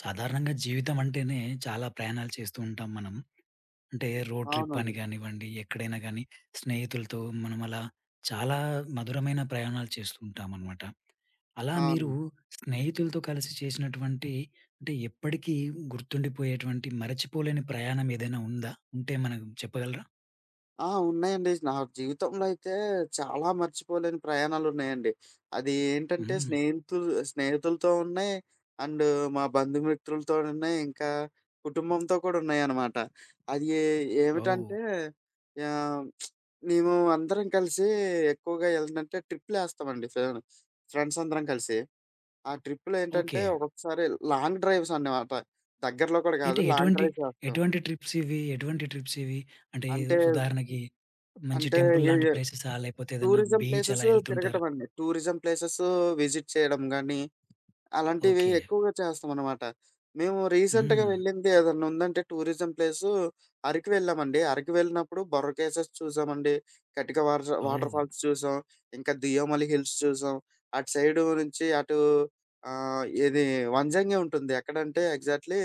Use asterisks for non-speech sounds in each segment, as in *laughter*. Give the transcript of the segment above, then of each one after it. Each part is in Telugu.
సాధారణంగా జీవితం అంటేనే చాలా ప్రయాణాలు చేస్తూ ఉంటాం మనం. అంటే రోడ్ ట్రిప్ అని అవునండి. గానివ్వండి, ఎక్కడైనా గానీ స్నేహితులతో మనం అలా చాలా మధురమైన ప్రయాణాలు చేస్తూ ఉంటామనమాట. అలా మీరు అవును. స్నేహితులతో కలిసి చేసినటువంటి అంటే ఎప్పటికీ గుర్తుండిపోయేటువంటి మరచిపోలేని ప్రయాణం ఏదైనా ఉందా? ఉంటే మనకు చెప్పగలరా? ఆ! ఉన్నాయండి. నా జీవితంలో అయితే చాలా మర్చిపోలేని ప్రయాణాలున్నాయండి. అది ఏంటంటే హ్మ్. స్నేహితులతో ఉన్నాయి. అండ్ మా బంధుమిత్రులతో ఉన్నాయి. ఇంకా కుటుంబంతో కూడా ఉన్నాయన్నమాట. అది ఓహ్! ఏమిటంటే ఆహ్, మేము అందరం కలిసి ఎక్కువగా ఏంటంటే ట్రిప్‌లేస్తామండి. ఫ్రెండ్స్ అందరం కలిసి. ఆ ట్రిప్‌లో ఏంటంటే ఓకే. ఒక్కొక్కసారి లాంగ్ డ్రైవ్స్ అన్నమాట. దగ్గరలో కూడా కాదు. ఏంటి లాంగ్ ఎటువంటి, డ్రైవ్స్ వేస్తాం. ఎటువంటి ట్రిప్స్ ఇవి? అంటే అంటే ఉదాహరణకి మంచి అంటే టెంపుల్ లాంటి ఏ ప్లేసెసా? లేకపోతే ఏదన్నా టూరిజం బీచ్ ప్లేసెస్ అలా ఎళ్తుంటారా? తిరగటం అండి. టూరిజం ప్లేసెస్ విజిట్ చేయడం గానీ, అలాంటివి ఓకే. ఎక్కువగా చేస్తామనమాట. మేము రీసెంట్‌గా హ్మ్. వెళ్ళింది ఏదన్నా ఉందంటే టూరిజం ప్లేసు అరకు వెళ్ళామండి. అరకు వెళ్ళినప్పుడు బొర్రా కేవ్స్ చూసామండి. కటిక వాటర్ వాటర్ ఓహ్! ఫాల్స్ చూసాం. ఇంకా దియోమలి హిల్స్ చూసాం. అటు సైడు నుంచి అటు ఇది వంజంగి ఉంటుంది. ఎక్కడంటే ఎగ్జాక్ట్‌లీ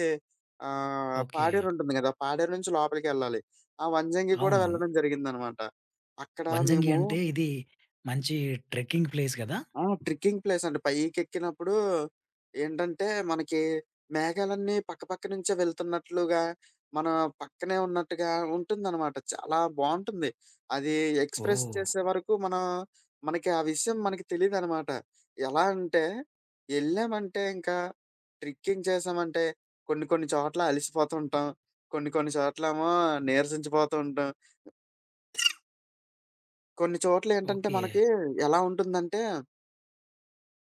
ఓకే. పాడేరు ఉంటుంది గదా! పాడేరు నుంచి లోపలికెళ్ళాలి. ఆ వంజంగి కూడా అవును. వెళ్ళడం జరిగిందనమాట. అక్కడ వంజంగి మేము అంటే ఇది మంచి ట్రెక్కింగ్ ప్లేస్ గదా! ఆ! ట్రెక్కింగ్ ప్లేస్ అండి. పైకెక్కినప్పుడు ఏంటంటే, మనకి మేఘాలన్నీ పక్కపక్క నుంచే వెళ్తున్నట్లుగా, మన పక్కనే ఉన్నట్టుగా ఉంటుందనమాట. చాలా బావుంటుంది. అది ఎక్స్‌ప్రెస్ ఓహ్! చేసే వరకు మనం మనకి ఆ విషయం తెలీదనమాట. ఎలా అంటే, ఎళ్ళామంటే ఇంకా ట్రెక్కింగ్ చేశామంటే కొన్ని కొన్ని చోట్ల అలిసిపోతూ ఉంటాం. కొన్ని కొన్ని చోట్లేమో నీరసించిపోతూ ఉంటాం. కొన్ని చోట్లేంటంటే ఓకే. మనకి ఎలా ఉంటుందంటే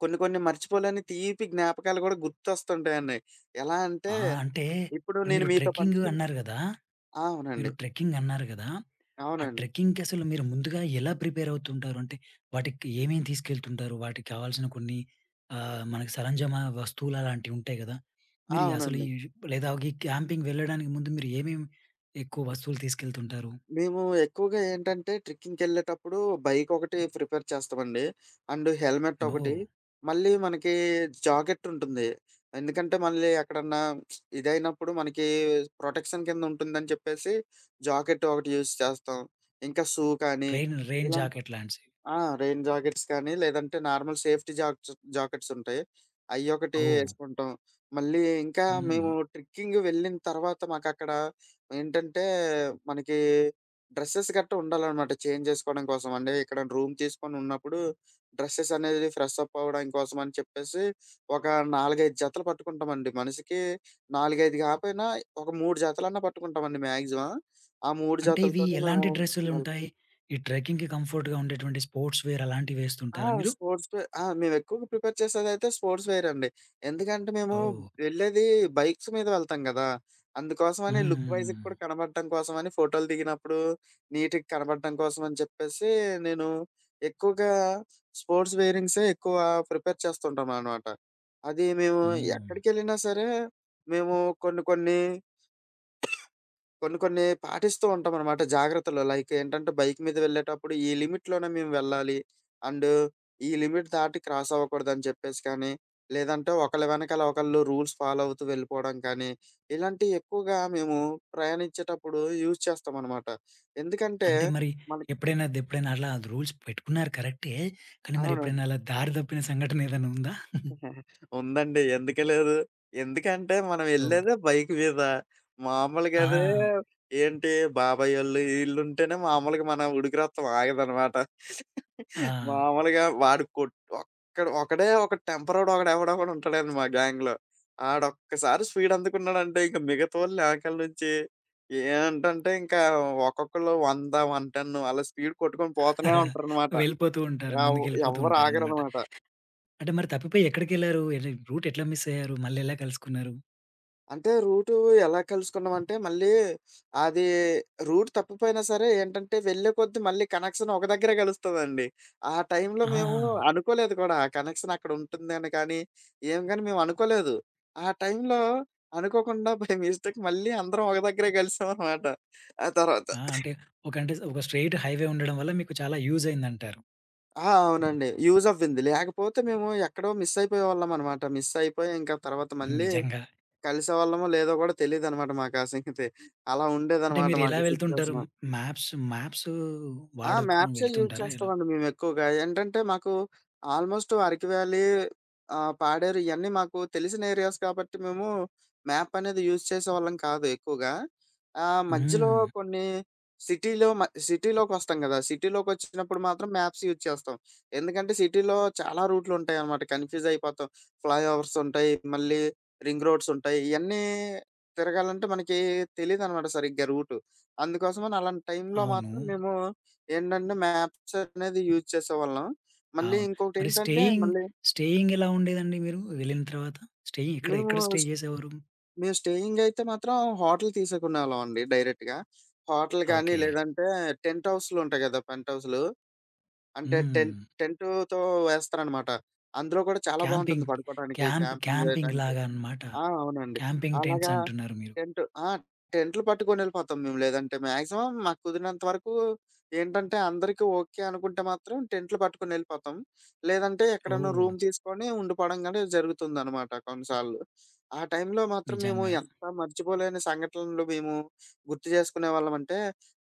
కొన్ని కొన్ని మర్చిపోలేని తీపి జ్ఞాపకాలు గూడా గుర్తొస్తుంటాయండి. ఎలా అంటే, ఆ! అంటే ఇప్పుడు ఇప్పుడు నేను మీరు మీతో ట్రెక్కింగ్ పంచుకుంటా. అన్నారు గదా! ఆ! మీరు అవునండి. ట్రెక్కింగ్ అన్నారు గదా! ఆ అవునండి. ట్రెక్కింగ్‌కి అసలు మీరు ముందుగా ఎలా ప్రిపేర్ అవుతుంటారు? అంటే వాటికి ఏమేమి తీసుకెళ్తుంటారు? వాటికి కావాల్సిన కొన్ని మనకి సరంజామా వస్తువులు అలాంటివి ఉంటాయి గదా! ఆ! మీరు అసలు అవునండి. ఈ లేదా ఈ క్యాంపింగ్ వెళ్ళడానికి ముందు మీరు ఏమేమి ఎక్కువ వస్తువులు తీసుకెళ్తుంటారు? మేము ఎక్కువగా ఏంటంటే, ట్రెక్కింగ్‌కెళ్ళేటప్పుడు బైకొకటి ప్రిపేర్ చేస్తామండి. అండ్ హెల్మెట్ ఒకటి, ఓహ్! మళ్ళీ మనకి జాకెట్టుంటుంది. ఎందుకంటే, మళ్ళీ ఎక్కడన్నా ఇదైనప్పుడు మనకి ప్రొటెక్షన్ కింద ఉంటుందని చెప్పేసి, జాకెట్ ఒకటి యూజ్ చేస్తాం. ఇంకా షూ కానీ రెయిన్ రెయిన్ ఇలా జాకెట్ లాంటివి. ఆ! రెయిన్ జాకెట్స్ కానీ, లేదంటే నార్మల్ సేఫ్టీ జాకెట్సుంటాయి. అయ్యొకటి ఓహ్! యేసుకుంటాం. మళ్ళీ ఇంకా హ్మ్. మేము ట్రెక్కింగ్ వెళ్ళిన తర్వాత మాకక్కడ ఏంటంటే, మనకి డ్రెసెస్ గట్టా ఉండాలనమాట చేంజ్ జేసుకోవడం కోసం. అంటే ఇక్కడ రూమ్ తీసుకొని ఉన్నప్పుడు డ్రెసెస్ అనేది ఫ్రెష్ అప్ అవ్వడం కోసం అని చెప్పేసి, ఒక 4, 5 జతలు పట్టుకుంటామండి. మనిషికి 4, 5 కాపోయినా ఒక 3 జతలన్నా పట్టుకుంటామండి మాక్సిమం. ఆ 3 అంటే ఇవి జతలతోటి మేము ఎలాంటి వెళ్ డ్రెస్సులుంటాయి? ఈ ట్రెక్కింగ్‌కి కంఫర్ట్‌గా ఉండేటువంటి స్పోర్ట్స్ వేర్ అలాంటివి ఆ! వేస్తుంటారా మీరు? స్పోర్ట్స్ వే ఆ! మేమెక్కువగా ప్రిఫర్ చేసేదైతే స్పోర్ట్స్ వేర్ అండి. ఎందుకంటే మేము ఓహ్! వెళ్ళేది బైక్స్ మీద వెళ్తాం గదా! అందుకోసమని లుక్ వైస్‌గా హ్మ్. కూడా కనపడటం కోసమని ఫోటోలు దిగినప్పుడు నీట్‌గా కనపడటం కోసం అని చెప్పేసి నేను ఎక్కువగా స్పోర్ట్స్ వేరింగ్సే ఎక్కువ ప్రిఫర్ చేస్తుంటామనమాట. అది మేము హ్మ్. ఎక్కడికెళ్ళినా సరే, మేము కొన్ని కొన్ని కొన్ని కొన్ని పాటిస్తూ ఉంటామనమాట జాగ్రత్తలు. లైక్ ఏంటంటే బైక్ మీద వెళ్ళేటప్పుడు ఈ లిమిట్‌లోనే మేము వెళ్ళాలి. అండ్ ఈ లిమిట్ దాటి క్రాస్ అవ్వకూడదని చెప్పేసి కానీ, లేదంటే ఒకళ్ళ వెనకాల ఒకళ్ళు రూల్స్ ఫాలో అవుతూ వెళ్ళిపోవడం కానీ, ఇలాంటియి ఎక్కువగా మేము ప్రయాణించేటప్పుడు యూజ్ చేస్తామనమాట. ఎందుకంటే అంటే మరి మనకి ఎప్పుడైనా అలా రూల్స్ పెట్టుకున్నారు కరెక్టే. కానీ మరి ఎప్పుడైనా అవునండి. అలా దారి తప్పిన సంఘటన ఏదైనా ఉందా? ఉందండి. ఎందుకు లేదు? ఎందుకంటే మనం ఓహ్! ఎళ్ళేదే బైక్ మీద. మామూలుగదే ఆ! ఏంటి బాబాయోళ్ళు ఈళ్ళుంటేనే మామూలుగా మన ఉడికిరత్తం ఆగదనమాట. ఆ! మామూలుగా వాడు కొట్ ఒకడే ఒక టెంపరోడు ఒకడెవడో ఒకడుంటాడండి మా గ్యాంగ్‌లో. ఆడొక్కసారి స్పీడ్ అందుకున్నాడంటే ఇంక మిగతావోళ్ళు ఎనకాల నుంచి ఏంటంటే ఇంకా ఒక్కొక్కళ్ళు 100, 110 అలా స్పీడ్ కొట్టుకొని పోతూనే *laughs* ఉంటారనమాట. వెళ్ళిపోతూ ఉంటారు. ఎవ్ ముందుకెళ్ళిపోతూ ఎవ్వరు ఉంటారనమాట. ఆగరనమాట. అంటే మరి తప్పిపోయి ఎక్కడికెళ్లారు? రూట్ ఎట్లా మిస్ అయ్యారు? మళ్ళెలా కలుసుకున్నారు? అంటే రూటు ఎలా కలుసుకున్నామంటే మళ్ళీ అది రూట్ తప్పిపోయినా సరే ఏంటంటే వెళ్ళే కొద్దీ మళ్ళీ కనెక్షన్ ఒక దగ్గరే కలుస్తదండి. ఆ టైంలో ఆ! మేము అనుకోలేదు కూడా. ఆ కనెక్షన్ అక్కడ ఉంటుందని కానీ, ఏం గాని మేము అనుకోలేదు. ఆ టైంలో అనుకోకుండా బై మిస్టేక్ మళ్ళీ అందరం ఒక దగ్గరే కలిసామనమాట. ఆ తర్వాత ఆ! అంటే ఒక స్ట్రెయిట్ హైవే ఉండడం వల్ల మీకు చాలా యూజ్ అయిందంటారు. ఆ! అవునండి. యూజ్ అవ్వింది. లేకపోతే మేము ఎక్కడో మిస్ అయిపోయేవాళ్ళం అనమాట. మిస్ అయిపోయి ఇంకా తర్వాత మళ్ళీ నిజంగా. కలిసేవాళ్ళమో లేదో కూడా తెలీదనమాట మాకా సంగతి. అలా అంటే ఉండేదనమాట మీరు ఎలా మాకు వెళ్తుంటారు? సిట్యుయేషను. మ్యాప్స్ మ్యాప్స్ ఆ! వాడుకొని మ్యాప్సే యూజ్ వెళ్తుంటారా ఎలా? చేస్తామండి మేమెక్కువగా. ఏంటంటే, మాకు ఆల్‌మోస్ట్ అరకు వ్యాలీ, పాడేరు ఇయన్నీ మాకు తెలిసిన ఏరియాస్ కాబట్టి, మేము మ్యాపనేది యూజ్ చేసేవాళ్ళం కాదు ఎక్కువగా. మధ్యలో హ్మ్. కొన్ని సిటీలో మ సిటీలోకొస్తాం గదా! సిటీలోకొచ్చినప్పుడు మాత్రం మ్యాప్స్ యూజ్ చేస్తాం. ఎందుకంటే, సిటీలో చాలా రూట్లుంటాయనమాట. కన్‌ఫ్యూజయిపోతాం. ఫ్లైఓవర్సుంటాయి, మళ్ళీ రింగ్ రోడ్సుంటాయి. ఇయన్నీ తిరగాలంటే మనకి తెలీదనమాట సరిగ్గా రూటు. అందుకోసమని అలాంటి టైంలో అవును. మాత్రం మేము ఏంటంటే మ్యాప్స్ అనేది యూజ్ చేసేవాళ్ళం. మళ్ళీ అవును. మరి ఇంకొకటేంటంటే స్టేయింగ్, మళ్ళీ స్టేయింగ్ ఎలా ఉండేదండి మీరు వెళ్ళిన తర్వాత? స్టేయింగ్ ఎక్కడ, మేము ఎక్కడ స్టే స్ చేసేవారు? మేము స్టేయింగ్ అయితే మాత్రం హోటల్ తీసుకునేవాళ్ళం అండి డైరెక్ట్‌గా. హోటల్ గాని ఓకే. లేదంటే టెంట్ హౌస్‌లుంటాయి గదా! పెంట్ హౌస్‌లు. అంటే టెన్ హ్మ్. టెంటుతో వేస్తారనమాట. అందులో కూడా చాలా బావుంటుంది క్యాంపింగ్, పడుకోవడానికి, క్యాంపింగ్ క్యాంపింగ్ చేయటానికి. లాగా అన్నమాట. ఆ! అవునండి. క్యాంపింగ్ టెంట్స్ అలాగా అంటున్నారు మీరు. టెంట్ ఆ! టెంట్లు పట్టుకొనెళ్ళిపోతాం మేము. లేదంటే మాక్సిమం మాకు కుదిరినంత వరకు ఏంటంటే అందరికి ఓకే అనుకుంటే మాత్రం టెంట్లు పట్టుకొనెళ్ళిపోతాం. లేదంటే ఎక్కడన్నా ఓహ్! రూమ్ తీసుకొని ఉండిపోవడం గాని జరుగుతుందనమాట కొన్నిసార్లు. ఆ టైంలో మాత్రం మేము నిజంగా. ఎంత మర్చిపోలేని సంఘటనలు మేము గుర్తు చేసుకునేవాళ్ళమంటే,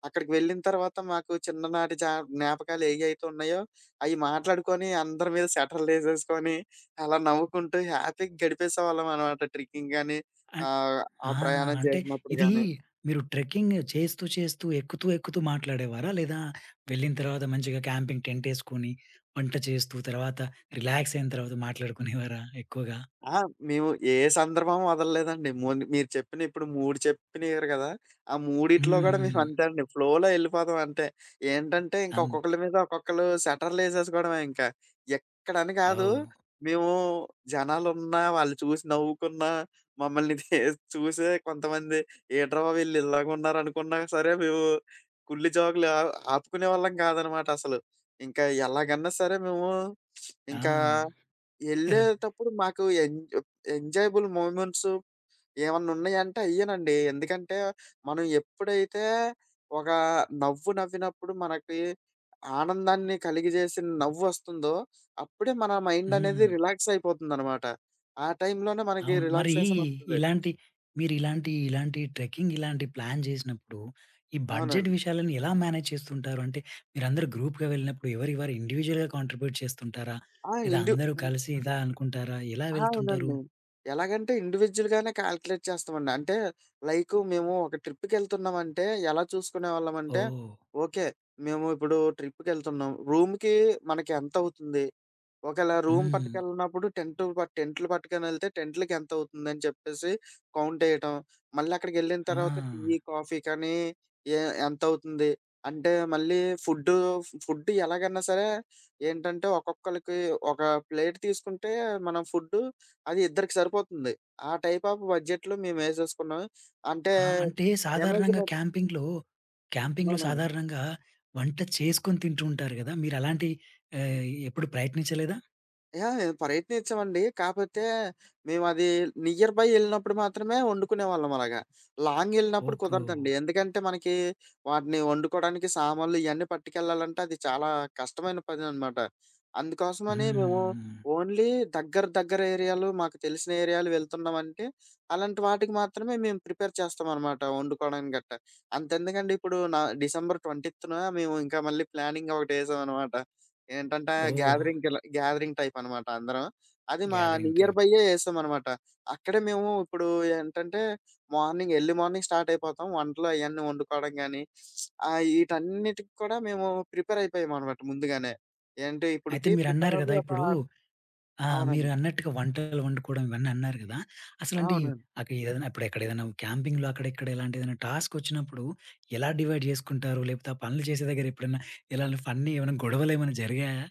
అక్కడికి వెళ్ళిన తర్వాత మాకు చిన్ననాటి జ్ఞాపకాలు ఏయైతే ఉన్నాయో అయి మాట్లాడుకొని అందరి మీద సెటర్‌లేసేసుకొని అలా నవ్వుకుంటూ హ్యాపీగా గడిపేసేవాళ్ళమనమాట ట్రెక్కింగ్ గాని, అన్ ఆహ్, ఆ ఆ! ప్రయాణం అంటే చేసినప్పుడు ఇది గాని. మీరు ట్రెక్కింగ్ చేస్తూ, చేస్తూ, ఎక్కుతూ, ఎక్కుతూ మాట్లాడేవారా? లేదా వెళ్ళిన తర్వాత మంచిగా క్యాంపింగ్ టెంటేసుకొని, వంట చేస్తూ, తర్వాత రిలాక్స్ అయిన తర్వాత మాట్లాడుకునేవారా ఎక్కువగా? ఆ! మేము ఏ సందర్భం వదలలేదండి. మీరు చెప్పిన ఇప్పుడు 3 చెప్పినియ్యారు గదా! ఆ మూడిట్లో గూడా హ్మ్. మేమంతే అండి. ఫ్లోలో యెళ్ళిపోతాం అంతే. ఏంటంటే ఇంక అన్ ఒక్కొక్కళ్ళ మీద ఒక్కొక్కళ్ళు సెటర్‌లేసేసుకోవడమే ఇంక. ఎక్కడని గాదు. ఓహ్! మేము జనాలున్నా, వాళ్ళు చూసి నవ్వుకున్నా, మమ్మల్ని *laughs* చూసే కొంతమంది ఏంట్రా బాబు! ఈళ్ళు ఇలాగున్నారనుకున్నా సరే మేము కుల్లి జోకులు ఆ ఆపుకునేవాళ్ళం కాదనమాట అసలు. ఇంకా ఎలాగన్నా సరే మేము ఆ! ఇంకా *laughs* ఎళ్ళేటప్పుడు మాకు ఎంజాయబుల్ మూమెంట్స్ ఏమన్నా ఉన్నాయంటే అయ్యేనండి. ఎందుకంటే, మనం ఎప్పుడైతే ఒక నవ్వు నవ్వినప్పుడు మనకి ఆనందాన్ని కలిగజేసిన నవ్వొస్తుందో, అప్పుడే మన మైండ్ అనేది హ్మ్. రిలాక్స్ అయిపోతుందనమాట. ఆ టైంలోనే మనకి అవును. మరి రిలాక్సేషన్ ఒస్తది. ఇలాంటి మీరిలాంటి, ఇలాంటి ఇలాంటి ట్రెక్కింగ్ ఇలాంటి ప్లాన్ జేసినప్పుడు, ఈ బడ్జెట్ అవునండి. విషయాలను ఎలా మేనేజ్ చేస్తుంటారు? అంటే మీరందరూ గ్రూప్‌గా వెళ్ళినప్పుడు ఎవరికి వారు ఇండివిడ్యుయల్‌గా కాంట్రిబ్యూట్ చేస్తుంటారా? ఆ! లేదా ఇండి అందరూ కలిసి ఇలా అనుకుంటారా? ఎలా ఆ! వెళ్తుంటారు? అవునండి. ఎలాగంటే ఇండివిడ్యుయల్‌గానే కాలిక్యులేట్ చేస్తామండి. అంటే లైకు మేము ఒక ట్రిప్‌కెళ్తున్నామంటే ఎలా చూసుకునేవాళ్ళమంటే, ఓహ్! ఓకే. మేము ఇప్పుడు ట్రిప్‌కెళ్తున్నాం. రూమ్‌కి మనకి ఎంతవుతుంది? ఒకేళ రూమ్ హ్మ్. పట్టుకెళ్ళినప్పుడు టెంటు ప టెంట్లు పట్టుకొనెళ్తే టెంట్‌లకి ఎంతవుతుందని చెప్పేసి కౌంటెయటం. మళ్ళీ అక్కడికెళ్ళిన తర్వాత టీ, ఆ! కాఫీకని ఏ ఎంతవుతుంది? అంటే మళ్ళీ ఫుడ్డు ఫుడ్ ఎలాగన్నా సరే ఏంటంటే ఒక్కొక్కళ్ళకి ఒక ప్లేట్ తీసుకుంటే మనం ఫుడ్డు అది ఇద్దరికి సరిపోతుంది. ఆ టైప్ ఆఫ్ బడ్జెట్‌లో మేమేసేసుకున్నాం. అంటే ఆ! అంటే సాధారణంగా అమెజాన్ క్యాంపింగ్‌లో అవునండి. సాధారణంగా వంట చేసుకొని తింటూ ఉంటారు గదా! మీరలాంటి ఎప్పుడు ప్రయత్నించలేదా? యాహ్! ప్రయత్నించామండి. కాపోతే మేమది నియర్ బై ఎళ్ళినప్పుడు మాత్రమే వండుకునేవాళ్ళం అలాగా. లాంగ్ ఎళ్ళినప్పుడు ఓకే. కుదరదండి. ఎందుకంటే మనకి వాటిని వండుకోవడానికి సామాన్లు ఇయన్నీ పట్టుకెళ్ళాలంటే అది చాలా కష్టమైన పననమాట. అందుకోసమని మేము హ్మ్. ఓన్లీ దగ్గర దగ్గర ఏరియాలు, మాకు తెలిసిన ఏరియాలు వెళ్తున్నామంటే అలాంటి వాటికి మాత్రమే మేము ప్రిపేర్ చేస్తామనమాట వండుకోవడానికి గట్టా. అంతెందుకండి ఇప్పుడు నా డిసెంబర్ 20న మేము ఇంకా మళ్ళీ ప్లానింగ్ ఒకటేసామనమాట. ఏంటంటే ఓహ్! గ్యాదరింగ్ టైపనమాట అందరం. అది మా గ్యాదరింగ్ నియర్ టైప్. బైయే యేసామనమాట. అక్కడే మేము ఇప్పుడు ఏంటంటే, ఎర్లీ మార్నింగ్ స్టార్ట్ అయిపోతాం. వంటలు అయన్నీ వండుకోవడం గానీ, ఈటన్నిటికి కూడా మేము ప్రిపేర్ అయిపోయామనమాట ముందుగానే. ఏంటి అయితే ఇప్పటికి ప్రిపేర్ మీరన్నారు గదా! అవ్వి ఒక ఇప్పుడు అవునండి. మీరన్నట్టుగా వంటలు వండుకోవడం ఇవన్నీ అన్నారు గదా! అసలంటే ఈ అవునండి. ఏదైనా ఇప్పుడు ఎక్కడ ఏదైనా క్యాంపింగ్‌లో అక్కడ ఇక్కడ ఇలాంటి ఏదైనా టాస్క్ వచ్చినప్పుడు ఎలా డివైడ్ జేసుకుంటారు? లేకపోతే ఆ పనులు చేసే దగ్గర ఎప్పుడైనా ఇలాంటి ఫన్నీ ఏమైనా గొడవలు ఏమైనా జరిగాయా?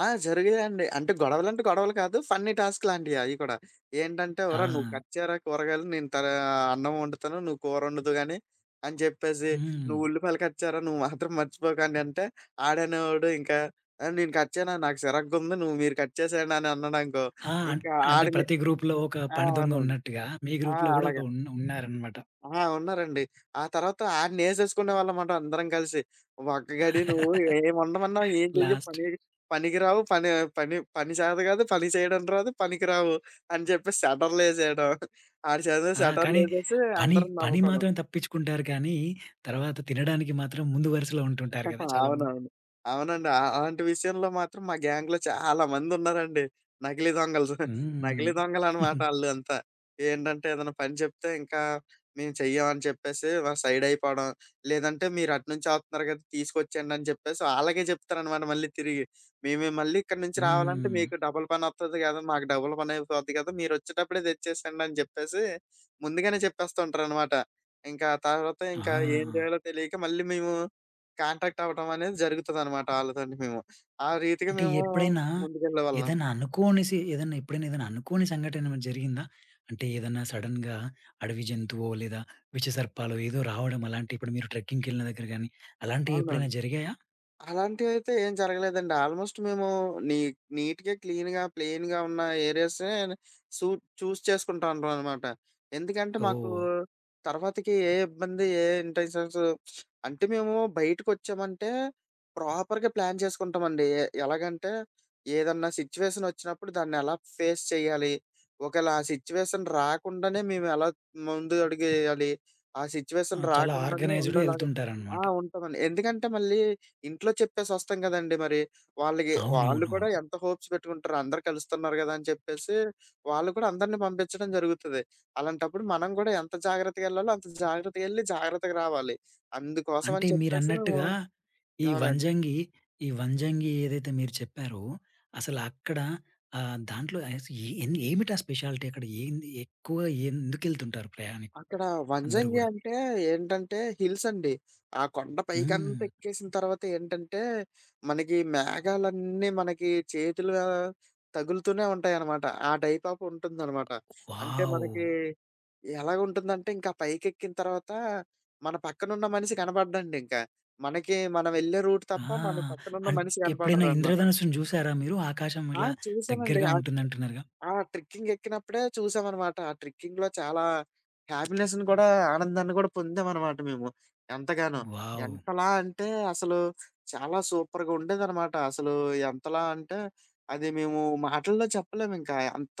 ఆ! జరిగాయండి. అంటే గొడవలంటే గొడవలు కాదు. ఫన్నీ టాస్క్ లాంటియి అయి కూడా. ఏంటంటే, ఆ! ఒరేయ్! నువ్వు కట్ చేయరా కూరగాయలు నేను తర అన్నం వండుతాను. నువ్వు కూరొండదు గాని అని చెప్పేసి, హ్మ్. నువ్వు ఉల్లిపాయలు కట్ చేయరా నువ్వు మాత్రం మర్చిపోకు అని అంటే, ఆడనేవాడు ఇంకా నేను కట్ చేయను నాకు చిరాకుగుంది. నువ్వు మీరు కట్ చేసేయండి అని అన్నాడనుకో, ఆ! ఇంకా అంటే ఆడి మీ ప్రతి గ్రూప్‌లో ఒక ఆ! పని దొంగ అవునండి. ఉన్నట్టుగా మీ ఆ! గ్రూప్‌లో గూడా ఒక అలాగే. ఉన్న ఉన్నారనమాట ఆ! ఉన్నారండి. ఆ తర్వాత ఆడనేసేసుకునేవాళ్ళమాట అందరం కలిసి. ఒక్క గడి నువ్వు ఏమొండమన్నా ఏం చెయ్యవు లాస్ట్. పని పనికి రావు, పని పని పని చేత కాదు, పని చేయడం రాదు, పనికి రావు అని చెప్పేసి షట్టర్‌లేసేయడం. ఆడి చేత ఆ! కానీ షట్టర్‌లేసేసి పని అందరం పని నవ్వుకోవడం. మాత్రం తప్పించుకుంటారు కానీ తర్వాత తినడానికి మాత్రం ముందు వరుసలో ఉంటుంటారు గదా! చాలామంది. అవునవును. అవునండి. అ అలాంటి విషయంలో మాత్రం మా గ్యాంగ్‌లో చాలా మందున్నారండి. నకిలీ దొంగలు. *laughs* హ్మ్. నకిలీ దొంగలనమాట ఆళ్ళంతా. ఏంటంటే ఏదైనా పని చెప్తే ఇంకా మేము చెయ్యం అని చెప్పేసి సైడ్ అయిపోవడం. లేదంటే మీరు అటు నుంచి ఆపుతున్నారు కదా! తీసుకొచ్చేయండి అని చెప్పేసి ఆళ్ళకే చెప్తారనమాట మళ్ళీ తిరిగి. మేమే మళ్ళీ ఇక్కడి నుంచి రావాలంటే హ్మ్. మీకు డబుల్ పనొత్తది కదా! మాకు డబుల్ పనయిపోద్ది కదా! మీరొచ్చేటప్పుడే తెచ్చేసేయండి అని చెప్పేసి ముందుగానే చెప్పేస్తుంటారనమాట. ఇంకా ఆ తర్వాత ఇంకా ఏం ఆ! చేయాలో తెలియక మళ్ళీ మేము కాంటాక్ట్ అవ్వటం అనేది జరుగుతదనమాట ఆళ్ళతోటి మేము. ఆ రీతిగా అంటే మేము ఎప్పుడైనా ముందుకెళ్ళేవాళ్ళం. ఏదైనా అనుకోని సి ఏదైనా ఎప్పుడైనా ఏదైనా అనుకోని సంఘటన ఏమైనా జరిగిందా? అంటే ఏదన్నా సడెన్‌గా అడవి జంతువో లేదా విషసర్పాలో ఏదో రావడం అలాంటి ఇప్పుడు మీరు ట్రెక్కింగ్‌కెళ్ళిన దగ్గర గాని అలాంటివి ఎప్పుడైనా అవునండి. జరిగాయా? అలాంటివైతే ఏం జరగలేదండి. ఆల్‌మోస్ట్ మేము నీ నీట్‌గా, క్లీన్‌గా, ప్లెయిన్‌గా ఉన్న ఏరియాసే సూ చూజ్ చేసుకుంటా ఉంటామనమాట. ఎందుకంటే మాకు ఓహ్! తర్వాతకి ఏ ఇబ్బంది, ఏ ఇంటెన్షన్స్ అంటే మేము బయటకొచ్చామంటే ప్రాపర్‌గా ప్లాన్ చేసుకుంటామండి. ఎలాగంటే ఏదన్నా సిట్యుయేషన్ వచ్చినప్పుడు దాన్నెలా ఫేస్ చేయాలి? ఒకేళ ఆ సిట్యుయేషన్ రాకుండానే మేమెలా ముందు అడుగేయాలి? ఆ ఆ! సిట్యుయేషన్ చాలా రాకుండానే ఆర్గనైజ్డ్‌గా ఉండేలాగా ఆ! ఎళ్తుంటారనమాట. ఉంటామండి. ఎందుకంటే మళ్ళీ ఇంట్లో చెప్పేసొస్తాం గదండీ మరి. వాళ్ళకి హ్మ్. వాళ్ళు అవునవునవును. కూడా ఎంత హోప్స్ పెట్టుకుంటారు. అందరూ కలుస్తున్నారు గదా! అని చెప్పేసి వాళ్ళు కూడా అందరిని పంపించడం జరుగుతది. అలాంటప్పుడు మనం గూడా ఎంత జాగ్రత్తగెళ్ళాలో అంత జాగ్రత్తగెళ్ళి జాగ్రత్తగా రావాలి. అందుకోసం అంటే అని చెప్పేసి మేము మీరన్నట్టుగా ఈ అవునండి. వంజంగి, ఈ వంజంగి ఏదైతే మీరు చెప్పారో, అసలక్కడ దాంట్లో అస్ ఏ ఎన్ ఏమిటా స్పెషాలిటీ అక్కడ? ఏంది ఎక్కువ ఎందుకెళ్తుంటారు ప్రయాణికులు అక్కడ అందరూ వంజంగి గూడా? అంటే ఏంటంటే హిల్స్ అండి. ఆ కొండ హ్మ్. పైకంత ఎక్కేసిన తర్వాత ఏంటంటే, మనకి మేఘాలన్నీ చేతులు తగులుతూనే ఉంటాయనమాట. ఆ టైప్ ఆఫ్ ఉంటుందనమాట. అంటే వావ్! మనకి ఎలాగుంటుందంటే, ఇంకా పైకెక్కిన తర్వాత మన పక్కనున్న మనిషి కనపడడండింకా. మనకి మనం వెళ్ళే రూట్ ఆ! తప్ప మన పక్కనున్న అన్ మనిషి ఎప్పుడైనా కనపడరనమాట. ఇంద్రధనుస్సుని జూసారా మీరు? ఆకాశం ఆ! ఇలా చూసానండి. దగ్గరగా ఆ ఉంటుందంటున్నారుగా? ఆ! ట్రెక్కింగ్ ఎక్కినప్పుడే చూసామనమాట. ఆ ట్రెక్కింగ్‌లో చాలా హ్యాపీనెస్‌ని కూడా, ఆనందాన్ని కూడా పొందామనమాట మేము ఎంతగానో. వావ్! ఎంతలా అంటే అసలు చాలా సూపర్‌గా ఉండేదనమాట. అసలు ఎంతలా అంటే అది మేము మాటల్లో చెప్పలేమింకా. అంత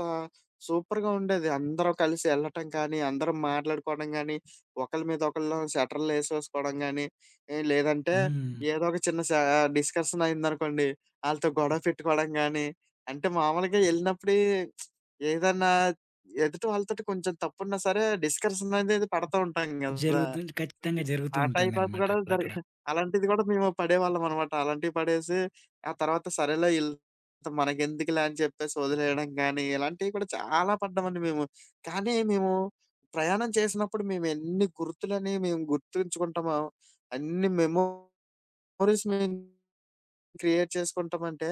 సూపర్‌గా ఉండేది. అందరం కలిసి ఎళ్ళటం కానీ, అందరం మాట్లాడుకోవడం గానీ, ఒకళ్ళ మీద ఒకళ్ళం షటర్‌లేసేసుకోవడం గానీ, ఏహ్, లేదంటే హ్మ్. ఏదో ఒక చిన్న సా డిస్కషన్ అయిందనుకోండి, ఆళ్ళతో గొడవ పెట్టుకోవడం గానీ అంటే మామూలుగా ఎళ్ళినప్పుడే ఏదన్నా ఎదుటి వాళ్ళతోటి కొంచెం తప్పున్నా సరే డిస్కషన్ అనేది పడతా ఉంటాం గదా! జరుగుతుంది. ఖచ్చితంగా జరుగుతూ ఆ టైప్ ఆఫ్ ఉంటుందన్నమాట గూడా జరి అక్కడక్కడ. *laughs* అలాంటిది గూడా మేము పడేవాళ్ళమనమాట. అలాంటివి పడేసి, ఆ తర్వాత సరేలే ఈళ్ళతో మనకెందుకులే అని చెప్పేసి వదిలేయడం గానీ, ఇలాంటివి కూడా చాలా పడ్డామండి మేము. కానీ మేము ప్రయాణం చేసినప్పుడు మేమెన్ని గుర్తులని మేము గుర్తుంచుకుంటామో, అన్ని మెమోరీస్ మేము క్రియేట్ చేసుకుంటామంటే,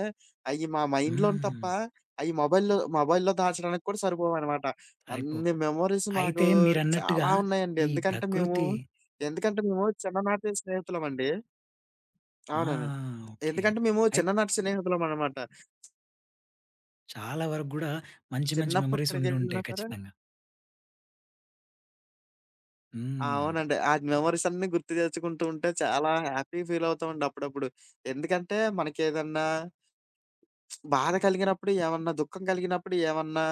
అయి మా మైండ్‌లోని తప్ప, హ్మ్. అయి మొబైల్‌లో మొబైల్‌లో దాచడానికి కూడా సరిపోవనమాట. అయిపో అన్ని మెమోరీస్ మాకు అయితే మీరన్నట్టుగా చాలా ఉన్నాయండి. ఈ ఎందుకంటే మేము ప్రకృతి ఎందుకంటే మేము చిన్ననాటి స్నేహితులమండి. ఆ! అవునండి. ఓకే. ఎందుకంటే మేము అయితే చిన్ననాటి స్నేహితులమనమాట. చాలా వరకు గూడా మంచి మంచి చిన్నప్పుడు మెమోరీస్ ఎక్కడికెళ్ళినా ఉండుంటాయి సరే ఖచ్చితంగా. ఆ! హ్మ్. అవునండి. ఆ మెమోరీస్ అన్నీ గుర్తు తెచ్చుకుంటూ ఉంటే చాలా హ్యాపీ ఫీల్ అవుతామండి అప్పుడప్పుడు. ఎందుకంటే మనకేదన్నా బాధ కలిగినప్పుడు ఏమన్నా, దుఃఖం కలిగినప్పుడు ఏమన్నా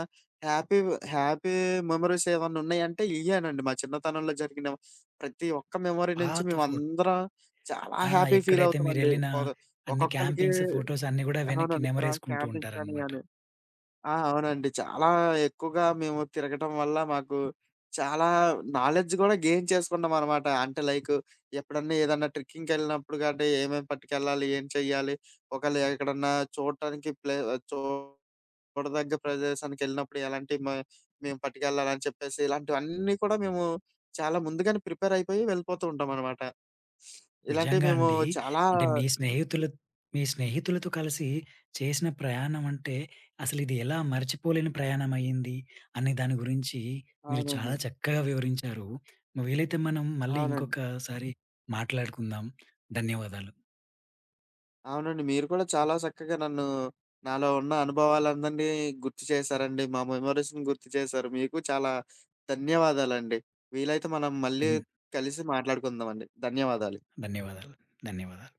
హ్యాపీ హ్యాపీ మెమోరీస్ ఏమన్నా ఉన్నాయంటే ఇయ్యేనండి. మా చిన్నతనంలో జరిగిన ప్రతి ఒక్క మెమోరీ నుంచి పాత ఫోట్ మేమందరం చాలా ఆ! హ్యాపీ ఫీల్ ఎక్కడైతే అవుతామండి. మీరెళ్ళిన ఒ అన్ని ఒక్కొక్కళ్ళకి క్యాంపింగ్స్, ఫోటోస్ అన్నీ గూడా వెనక్కి అవునండి. నెమరేసుకుంటూ క్యాంపింగ్స్ కానీ ఉంటారనమాట. అని. ఆ! అవునండి. చాలా ఎక్కువగా మేము తిరగటం వల్ల మాకు చాలా నాలెడ్జ్ గూడా గెయిన్ చేసుకున్నామనమాట. అంటే లైక్ ఎప్పుడన్నా ఏదన్నా ట్రెక్కింగ్‌కెళ్ళినప్పుడు గట్టా ఏమేమి పట్టుకెళ్ళాలి? ఏం చెయ్యాలి? ఒకవేళ ఎక్కడన్నా చూడటానికి ప్లే చూ చూడదగ్గ ప్రదేశానికెళ్ళినప్పుడు ఎలాంటి మ మేము పట్టుకెళ్ళాలని చెప్పేసి ఇలాంటివన్నీ కూడా మేము చాలా ముందుగానే ప్రిపేర్ అయిపోయి వెళ్ళిపోతూ ఉంటామనమాట. ఇలాంటివి నిజంగా మేము అండి. చాలా అంటే మీ స్నేహితులతో కలిసి చేసిన ప్రయాణం అంటే అసలిది ఎలా మర్చిపోలేని ప్రయాణం అయ్యింది అనే దాని గురించి మీరు అవునండి. చాలా చక్కగా వివరించారు. వీలైతే మనం మళ్ళీ అవునండి. ఇంకొకసారి మాట్లాడుకుందాం. ధన్యవాదాలు. అవునండి. మీరు కూడా చాలా చక్కగా నన్ను నాలో ఉన్న అనుభవాలందరినీ గుర్తు చేశారండి. మా మెమోరీస్‌ని గుర్తు చేశారు. మీకు చాలా ధన్యవాదాలండి. వీలైతే మనం మళ్ళీ ధన్ కలిసి మాట్లాడుకుందామండి. ధన్యవాదాలు. ధన్యవాదాలు. ధన్యవాదాలు.